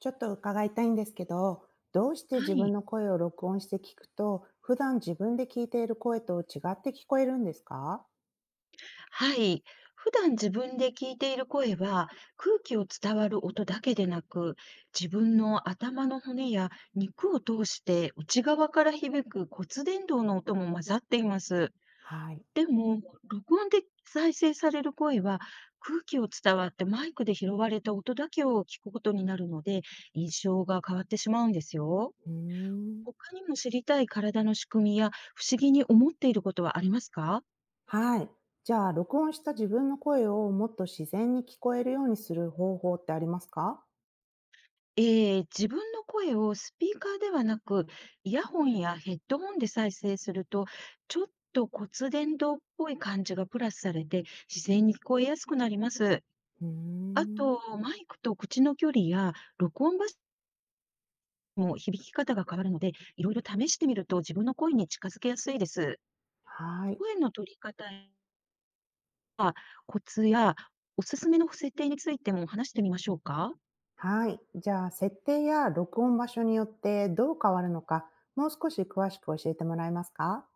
ちょっと伺いたいんですけど、どうしては自分い。の声を録音して聞くと、普段自分で聞いている声と違って聞こえるんですか？はい。普段自分で聞いている声は、空気を伝わる音だけでなく、自分の頭の骨や肉を通して内側から響く骨伝導の音も混ざっています。はい。でも、録音で再生される声は、空気を伝わってマイクで拾われた音だけを聞くことになるので、印象が変わってしまうんですよ。うーん。他にも知りたい体の仕組みや不思議に思っていることはありますか？はい。じゃあ、録音した自分の声をもっと自然に聞こえるようにする方法ってありますか？ええ、自分の声をスピーカーではなく、イヤホンやヘッドホンで再生すると、ちょっと骨伝導っぽい感じがプラスされて、自然に聞こえやすくなります。うーあん。と、マイクと口の距離や録音場所も響き方が変わるので、いろいろ試してみると自分の声に近づけやすいです。はい。声の取り方、コツやおすすめの設定についても話してみましょうか。はい。じゃあ、設定や録音場所によってどう変わるのか、もう少し詳しく教えてもらえますか？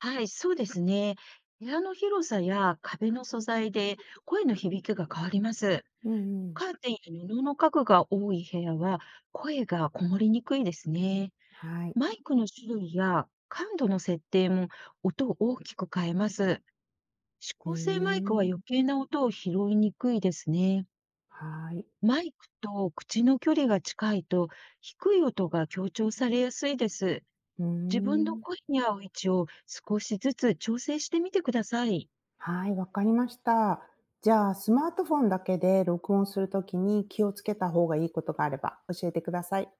はい、そうですね。部屋の広さや壁の素材で声の響きが変わります。うんうん。カーテンや布の家具が多い部屋は声がこもりにくいですね。はい。マイクの種類や感度の設定も音を大きく変えます。指うー向性マイクはん。余計な音を拾いにくいですね。はい。マイクと口の距離が近いと低い音が強調されやすいです。うー自分のん。声に合う位置を少しずつ調整してみてください。はい、わかりました。じゃあ、スマートフォンだけで録音するときに気をつけた方がいいことがあれば教えてください。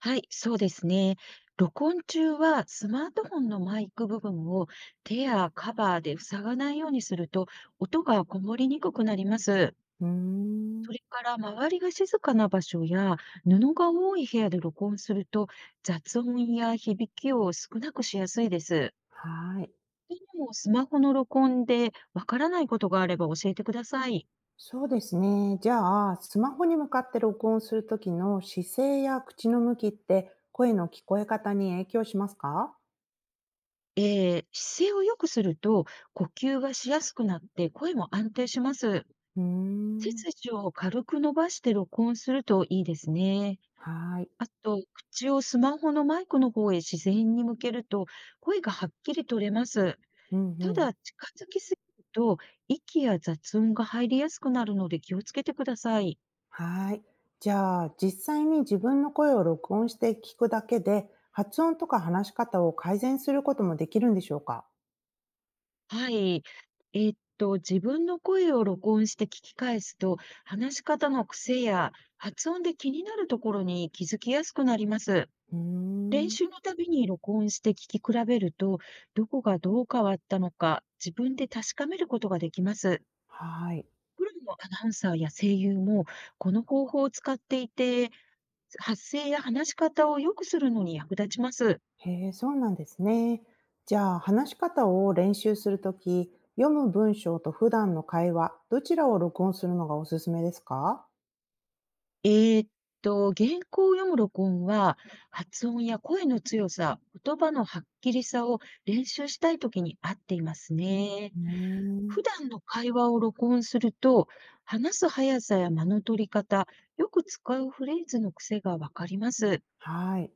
はい、そうですね。録音中はスマートフォンのマイク部分を手やカバーで塞がないようにすると音がこもりにくくなります。うーん、それから周りが静かな場所や布が多い部屋で録音すると雑音や響きを少なくしやすいです。はい。でもスマホの録音でわからないことがあれば教えてください。そうですね。じゃあ、スマホに向かって録音するときの姿勢や口の向きって声の聞こえ方に影響しますか？姿勢を良くすると呼吸がしやすくなって声も安定します。うー背ん、筋を軽く伸ばして録音するといいですね。はい。あと、口をスマホのマイクの方へ自然に向けると、声がはっきり取れます。うんたうん。だ、近づきすぎると、息や雑音が入りやすくなるので気をつけてください。はい。じゃあ、実際に自分の声を録音して聞くだけで、発音とか話し方を改善することもできるんでしょうか？はい。自分の声を録音して聞き返すと、話し方の癖や発音で気になるところに気づきやすくなります。うー練ん、習のたびに録音して聞き比べると、どこがどう変わったのか、自分で確かめることができます。はい。プロのアナウンサーや声優も、この方法を使っていて、発声や話し方を良くするのに役立ちます。へえ、そうなんですね。じゃあ、話し方を練習するとき、読む文章と普段の会話、どちらを録音するのがおすすめですか？えーっ原稿を読む録音は、発音や声の強さ、言葉のはっきりさを練習したいときに合っていますね。うー普ん、段の会話を録音すると、話す速さや間の取り方、よく使うフレーズの癖がわかります。はい。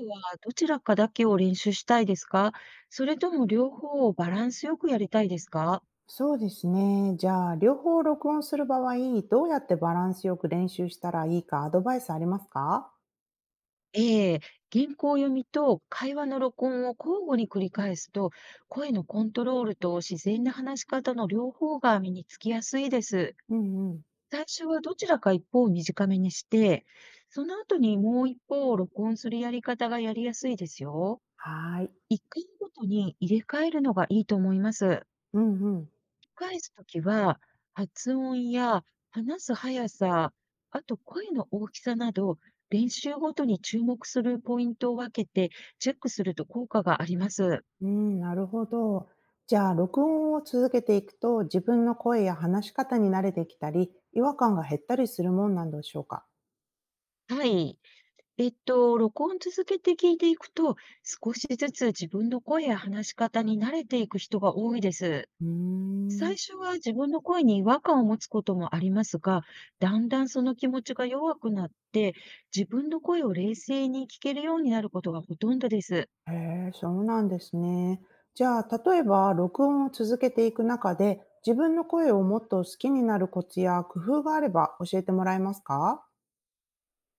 今はどちらかだけを練習したいですか？それとも両方をバランスよくやりたいですか？そうですね。じゃあ、両方録音する場合、どうやってバランスよく練習したらいいかアドバイスありますか？ええ、原稿読みと会話の録音を交互に繰り返すと、声のコントロールと自然な話し方の両方が身につきやすいです。うんうん。最初はどちらか一方を短めにして、その後にもう一方を録音するやり方がやりやすいですよ。はい。一回ごとに入れ替えるのがいいと思います。うんうん。返すときは、発音や話す速さ、あと声の大きさなど、練習ごとに注目するポイントを分けてチェックすると効果があります。うん、なるほど。じゃあ、録音を続けていくと、自分の声や話し方に慣れてきたり、違和感が減ったりするもんなんでしょうか？はい。録音続けて聞いていくと、少しずつ自分の声や話し方に慣れていく人が多いです。うー最ん。初は自分の声に違和感を持つこともありますが、だんだんその気持ちが弱くなって、自分の声を冷静に聞けるようになることがほとんどです。へえ、そうなんですね。じゃあ、例えば録音を続けていく中で、自分の声をもっと好きになるコツや工夫があれば教えてもらえますか？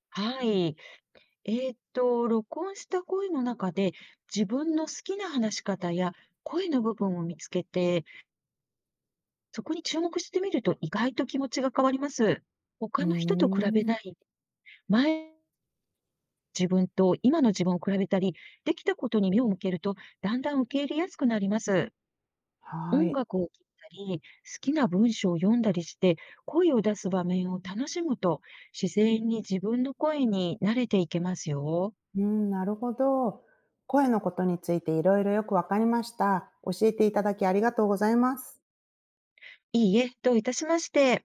はい。録音した声の中で自分の好きな話し方や声の部分を見つけて、そこに注目してみると意外と気持ちが変わります。う他ーの人と比べん、ない、前の自分と今の自分を比べたり、できたことに目を向けると、だんだん受け入れやすくなります。は音い。楽を聴いたり、好きな文章を読んだりして、声を出す場面を楽しむと、自然に自分の声に慣れていけますよ。うん、なるほど。声のことについていろいろよくわかりました。教えていただきありがとうございます。いいえ、どういたしまして。